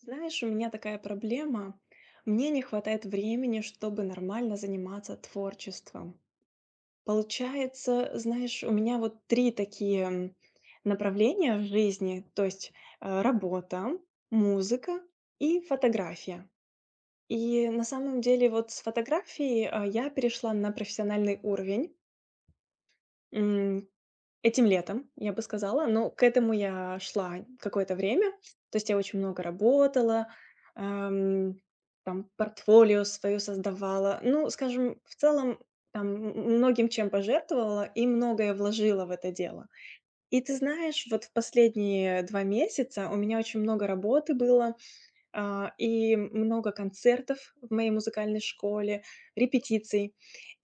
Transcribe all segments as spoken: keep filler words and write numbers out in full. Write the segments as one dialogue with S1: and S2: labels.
S1: Знаешь, у меня такая проблема. Мне не хватает времени, чтобы нормально заниматься творчеством. Получается, знаешь, у меня вот три такие м, направления в жизни, то есть э, работа, музыка и фотография. И на самом деле вот с фотографией а, я перешла на профессиональный уровень. Этим летом, я бы сказала, но к этому я шла какое-то время. То есть я очень много работала, ам, там портфолио свое создавала. Ну, скажем, в целом там м- многим чем пожертвовала и многое вложила в это дело. И ты знаешь, вот в последние два месяца у меня очень много работы было, а, и много концертов в моей музыкальной школе, репетиций.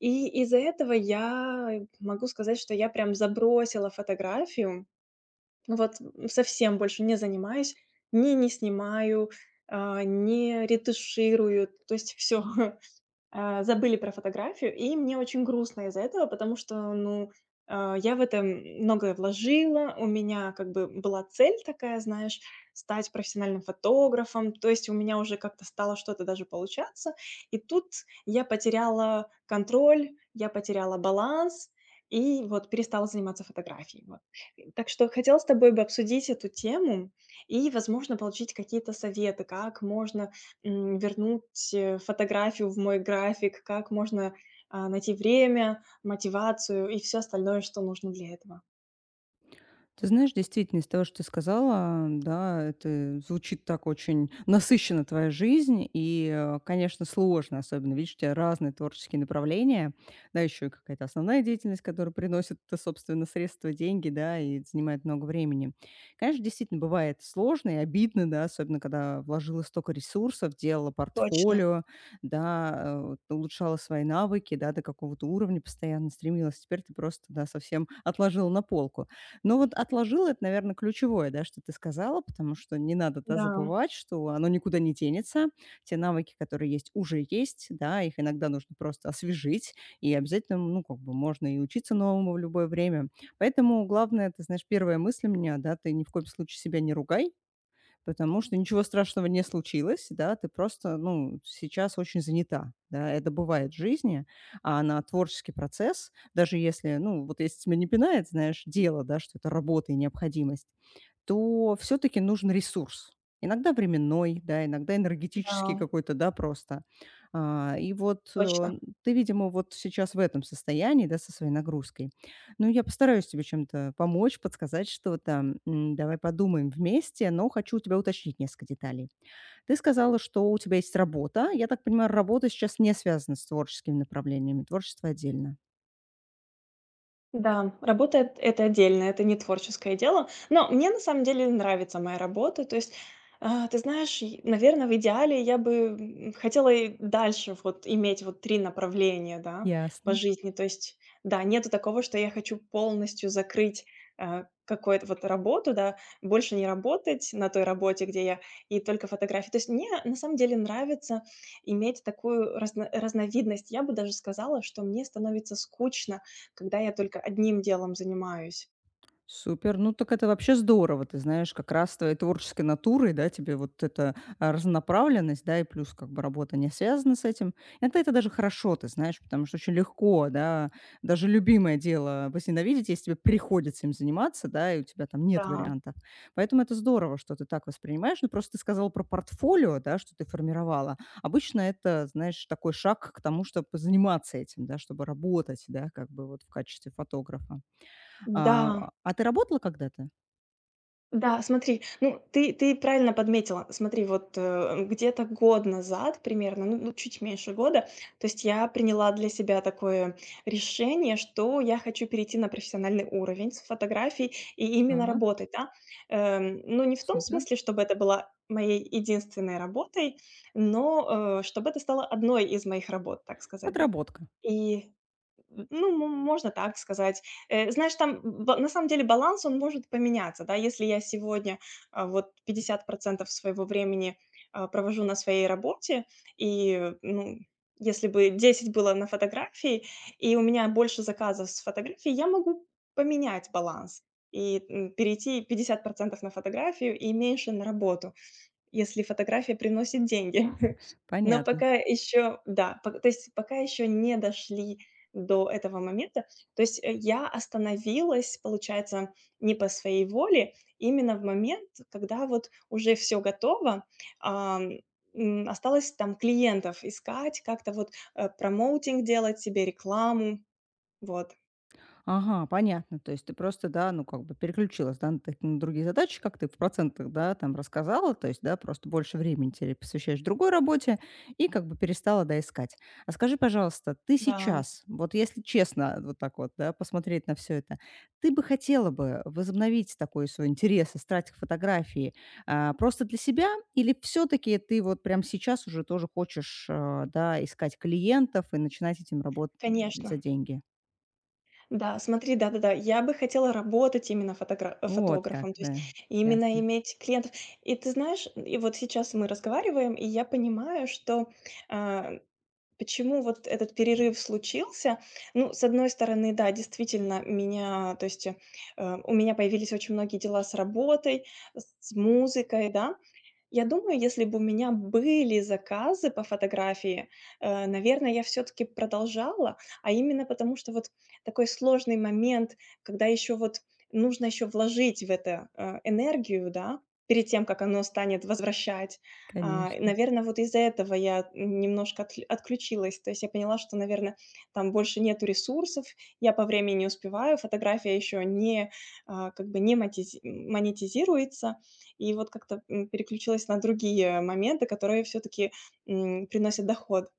S1: И из-за этого я могу сказать, что я прям забросила фотографию. Вот совсем больше не занимаюсь, ни не снимаю, а, не ретуширую. То есть все. а, забыли про фотографию, и мне очень грустно из-за этого, потому что, ну, а, я в это многое вложила, у меня как бы была цель такая, знаешь, стать профессиональным фотографом, то есть у меня уже как-то стало что-то даже получаться, и тут я потеряла контроль, я потеряла баланс и вот перестала заниматься фотографией. Вот. И так что хотела с тобой бы обсудить эту тему и, возможно, получить какие-то советы, как можно М, вернуть, э, фотографию в мой график, как можно, а, найти время, мотивацию и все остальное, что нужно для этого.
S2: Ты знаешь, действительно, из того, что ты сказала, да, это звучит так очень насыщенно твоя жизнь, и, э, конечно, сложно, особенно, видишь, у тебя разные творческие направления, да, еще и какая-то основная деятельность, которая приносит, э, собственно, средства, деньги, да, и занимает много времени. Конечно, действительно, бывает сложно и обидно, да, особенно, когда вложила столько ресурсов, делала
S1: Точно.
S2: портфолио, да, э, вот, улучшала свои навыки, да, до какого-то уровня постоянно стремилась, теперь ты просто, да, совсем отложила на полку. Но вот отложил- это, наверное, ключевое, да, что ты сказала, потому что не надо, да,
S1: Да,
S2: забывать, что оно никуда не денется. Те навыки, которые есть, уже есть, да, их иногда нужно просто освежить, и обязательно, ну, как бы можно и учиться новому в любое время. Поэтому главное, ты знаешь, первая мысль у меня, да, ты ни в коем случае себя не ругай, потому что ничего страшного не случилось, да, ты просто, ну, сейчас очень занята, да, это бывает в жизни, а на творческий процесс, даже если, ну, вот если тебя не пинает, знаешь, дело, да, что это работа и необходимость, то все-таки нужен ресурс. Иногда временной, да, иногда энергетический
S1: да,
S2: какой-то, да, просто. А, и вот э,
S1: точно.
S2: ты, видимо, вот сейчас в этом состоянии, да, со своей нагрузкой. Ну, я постараюсь тебе чем-то помочь, подсказать что-то. М, давай подумаем вместе, но хочу у тебя уточнить несколько деталей. Ты сказала, что у тебя есть работа. Я так понимаю, работа сейчас не связана с творческими направлениями, творчество отдельно.
S1: Да, работа- эт это отдельно, это не творческое дело. Но мне на самом деле нравится моя работа. То есть, а, ты знаешь, наверное, в идеале я бы, м, хотела и дальше вот иметь вот три направления, да, по
S2: Ясно.
S1: жизни. То есть, да, нету такого, что я хочу полностью закрыть, а, какое-то вот работу, да, больше не работать на той работе, где я, и только фотографии. То есть мне на самом деле нравится иметь такую разно разновидность. Я бы даже сказала, что мне становится скучно, когда я только одним делом занимаюсь.
S2: Супер. Ну, так это вообще здорово. Ты знаешь, как раз с твоей творческой натурой, да, тебе вот эта а, разнонаправленность, да, и плюс как бы работа не связана с этим. Это, это даже хорошо, ты знаешь, потому что очень легко, да, даже любимое дело возненавидеть, если тебе приходится им заниматься, да, и у тебя там нет
S1: Да,
S2: вариантов. Поэтому это здорово, что ты так воспринимаешь. Ну, просто ты сказала про портфолио, да, что ты формировала. Обычно это, знаешь, такой шаг к тому, чтобы заниматься этим, да, чтобы работать, да, как бы вот в качестве фотографа. А,
S1: да,
S2: а ты работала когда-то?
S1: да, смотри, ну, ты ты правильно подметила. Смотри, вот, э, где-то год назад примерно, ну ну, чуть меньше года, то есть я приняла для себя такое решение, что я хочу перейти на профессиональный уровень с фотографий и именно
S2: Так,
S1: работать, да. Эм, ну, не в том
S2: супер.
S1: смысле, чтобы это была моей единственной работой, но, э, чтобы это стало одной из моих работ, так сказать, да.
S2: Подработка.
S1: И ну, мо можно так сказать. Э, знаешь, там б на самом деле баланс, он может поменяться, да. Если я сегодня, а, вот пятьдесят своего времени, а, провожу на своей работе, и, ну, если бы десять было на фотографии, и у меня больше заказов с фотографий, я могу поменять баланс и, м, перейти пятьдесят на фотографию и меньше на работу, если фотография приносит деньги. Но
S2: Понятно.
S1: пока еще да, пок то есть пока еще не дошли до этого момента. То есть, э, я остановилась, получается, не по своей воле, именно в момент, когда вот уже все готово, ам, м, осталось там клиентов искать, как-то вот, э, промоутинг делать себе, рекламу. Вот.
S2: Ага, понятно. То есть ты просто, да, ну, как бы переключилась, да, на, так- на другие задачи, как ты в процентах, да, там рассказала, то есть, да, просто больше времени тебе посвящаешь другой работе и как бы перестала, да, искать. А скажи, пожалуйста, ты
S1: Да,
S2: сейчас, вот если честно, вот так вот, да, посмотреть на все это, ты бы хотела бы возобновить такой свой интерес и страсть к фотографии а, просто для себя или все-таки ты вот прям сейчас уже тоже хочешь, а, да, искать клиентов и начинать этим работать за
S1: конечно.
S2: деньги?
S1: Да, смотри, да-да-да, я бы хотела работать именно фотогра э,
S2: Вот как,
S1: фотографом, то есть
S2: да.
S1: именно
S2: Ясно.
S1: иметь клиентов. И ты знаешь, и вот сейчас мы разговариваем, и я понимаю, что, а, почему вот этот перерыв случился. Ну, с одной стороны, да, действительно, меня, то есть, э, у меня появились очень многие дела с работой, с музыкой, да. Я думаю, если бы у меня были заказы по фотографии, э, наверное, я все таки продолжала, а именно потому, что вот такой сложный момент, когда еще вот нужно еще вложить в это, э, энергию, да, перед тем, как оно станет возвращать.
S2: Конечно.
S1: Наверное, вот из-за этого я немножко отл отключилась. То есть я поняла, что, наверное, там больше нету ресурсов, я по времени не успеваю, фотография еще не, а, как бы не матизи монетизируется. И вот как-то, м, переключилась на другие моменты, которые все таки приносят доход.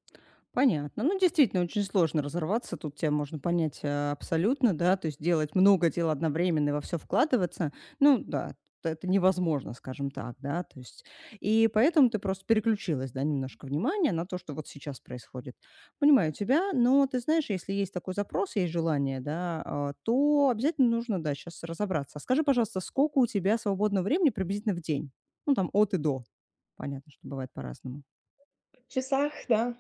S2: Понятно. Ну, действительно, очень сложно разорваться. Тут тебя можно понять, э, абсолютно, да. То есть делать много дел одновременно и во все вкладываться. Ну да, т это невозможно, скажем так, да. То есть и поэтому ты просто переключилась, да, немножко внимания на то, что вот сейчас происходит. Понимаю тебя, но ты знаешь, если есть такой запрос, есть желание, да, а, то обязательно нужно, да, сейчас разобраться. А скажи, пожалуйста, сколько у тебя свободного времени приблизительно в день? Ну, там от и до. Понятно, что бывает по-разному.
S1: В часах, да,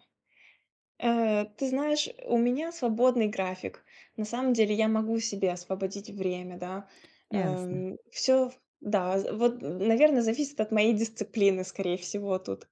S1: э, ты знаешь, у меня свободный график. На самом деле я могу себе освободить время, да.
S2: Ясно.
S1: Все, да, з вот, наверное, зависит от моей дисциплины, скорее всего, тут.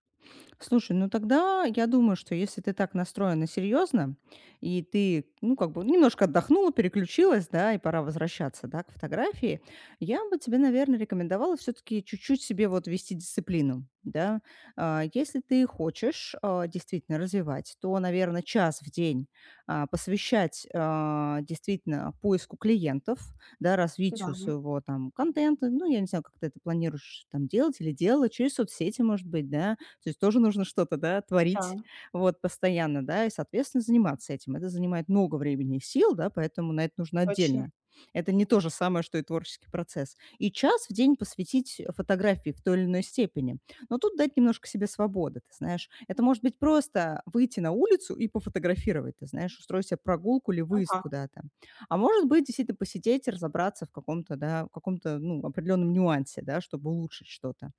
S2: Слушай, ну тогда я думаю, что если ты так настроена серьезно, и ты, ну, как бы немножко отдохнула, переключилась, да, и пора возвращаться, да, к фотографии, я бы тебе, наверное, рекомендовала все-таки чуть-чуть себе вот вести дисциплину, да. А, Если ты хочешь а, действительно развивать, то, наверное, час в день а, посвящать а, действительно поиску клиентов, да, развитию
S1: Да,
S2: своего там контента, ну, я не знаю, как ты это планируешь там делать или делать через соцсети, может быть, да, то есть тоже нужно что-то, да, творить
S1: да,
S2: вот постоянно, да, и, соответственно, заниматься этим. Это занимает много времени и сил, да, поэтому на это нужно
S1: точно.
S2: отдельно. Это не то же самое, что и творческий процесс. И час в день посвятить фотографии в той или иной степени. Но тут дать немножко себе свободы, ты знаешь. Это может быть просто выйти на улицу и пофотографировать, ты знаешь, устроить себе прогулку или выезд
S1: Ага,
S2: куда-то. А может быть, действительно посидеть и разобраться в каком-то, да, в каком-то, ну, определенном нюансе, да, чтобы улучшить что-то.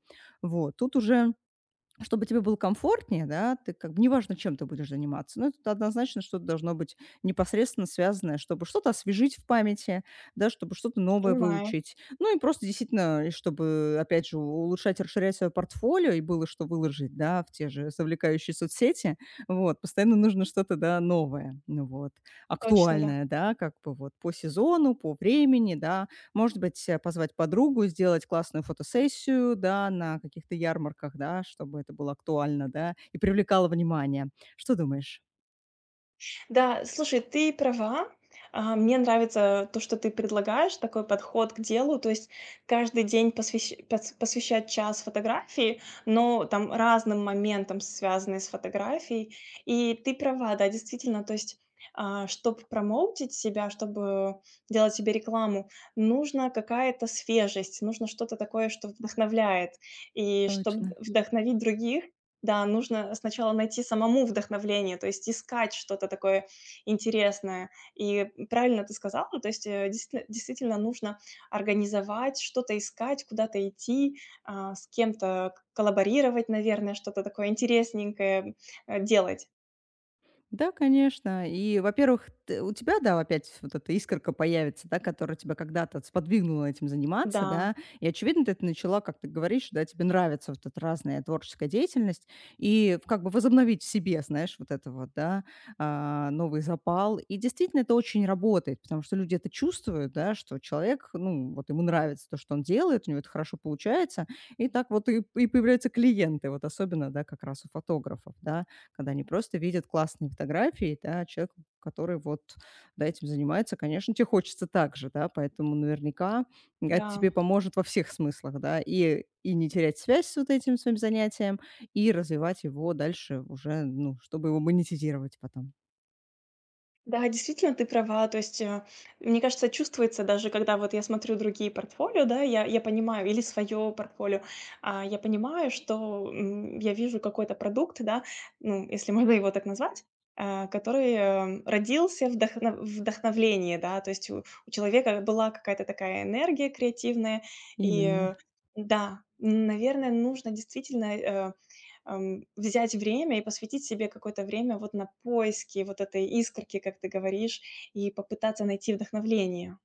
S2: Вот. Тут уже чтобы тебе было комфортнее, да, ты как бы неважно, чем ты будешь заниматься, но это однозначно что-то должно быть непосредственно связанное, чтобы что-то освежить в памяти, да, чтобы что-то новое
S1: понимаю.
S2: выучить. Ну и просто действительно, и чтобы, опять же, улучшать, расширять свое портфолио, и было что выложить, да, в те же завлекающие соцсети. Вот, постоянно нужно что-то, да, новое, ну вот,
S1: Точно, да.
S2: актуальное, да, как бы вот по сезону, по времени, да, может быть, э, позвать подругу, сделать классную фотосессию, да, на каких-то ярмарках, да, чтобы это было актуально, да, и привлекало внимание. Что думаешь?
S1: Да, слушай, ты права. А, мне нравится то, что ты предлагаешь, такой подход к делу. То есть каждый день посвящ- пос- посвящать час фотографии, но там разным моментам, связанные с фотографией. И ты права, да, действительно, то есть чтобы промоутить себя, чтобы делать себе рекламу, нужна какая-то свежесть, нужно что-то такое, что вдохновляет. И чтобы
S2: Точно.
S1: вдохновить других, да, нужно сначала найти самому вдохновление, то есть искать что-то такое интересное. И правильно ты сказала, то есть, э, действительно действительно нужно организовать, что-то искать, куда-то идти, а, с кем-то коллаборировать, наверное, что-то такое интересненькое, э, делать.
S2: Да, конечно. И, во-первых, ты- у тебя, да, опять вот эта искорка появится, да, которая тебя когда-то вот сподвигнула этим заниматься,
S1: Да,
S2: да, и, очевидно, ты это начала, как ты говоришь, да, тебе нравится вот эта разная творческая деятельность, и как бы возобновить в себе, знаешь, вот это вот, да, а, новый запал. И действительно это очень работает, потому что люди это чувствуют, да, что человек, ну, вот ему нравится то, что он делает, у него это хорошо получается, и так вот и, и появляются клиенты, вот особенно, да, как раз у фотографов, да, когда они просто видят классные фотографии, да, человека, который вот, да, этим занимается, конечно, тебе хочется так же, да, поэтому наверняка это
S1: да.
S2: тебе поможет во всех смыслах, да, и, и не терять связь с вот этим своим занятием, и развивать его дальше уже, ну, чтобы его монетизировать потом.
S1: Да, действительно, ты права. То есть, э, мне кажется, чувствуется даже, когда вот я смотрю другие портфолио, да, я, я понимаю, или свое портфолио, а, я понимаю, что м, я вижу какой-то продукт, да, ну, если можно его так назвать, а, который э, родился в вдохно- вдохновлении, да, то есть у, у человека была какая-то такая энергия креативная, и
S2: Именно.
S1: э, да, м, наверное, нужно действительно э, Ам, взять время и посвятить себе какое-то время вот на поиски вот этой искорки, как ты говоришь, и попытаться найти вдохновение.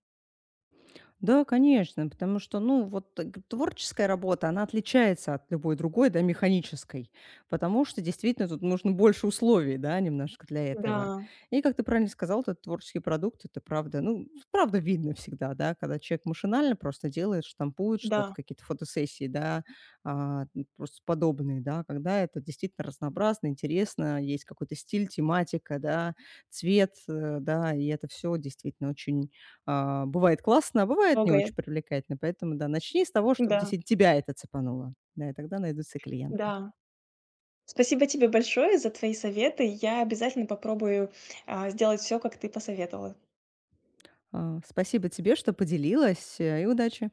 S2: Да, конечно, потому что, ну, вот э, г- творческая работа, она отличается от любой другой, да, механической, потому что действительно тут нужно больше условий, да, немножко для
S1: Да,
S2: этого. И, как ты правильно сказал, вот этот творческий продукт, это правда, ну, правда видно всегда, да, когда человек машинально просто делает, штампует что-то,
S1: да,
S2: какие-то фотосессии, да, а, ну, просто подобные, да, когда это действительно разнообразно, интересно, есть какой-то стиль, тематика, да, цвет, э, да, и это все действительно очень а, бывает классно, а бывает не
S1: трогает.
S2: очень привлекательно. Поэтому, да, начни с того, чтобы
S1: Да,
S2: действительно тебя это цепануло. Да, и тогда найдутся клиенты.
S1: да. Спасибо тебе большое за твои советы. Я обязательно попробую, а, сделать все, как ты посоветовала.
S2: А, спасибо тебе, что поделилась, э, и удачи.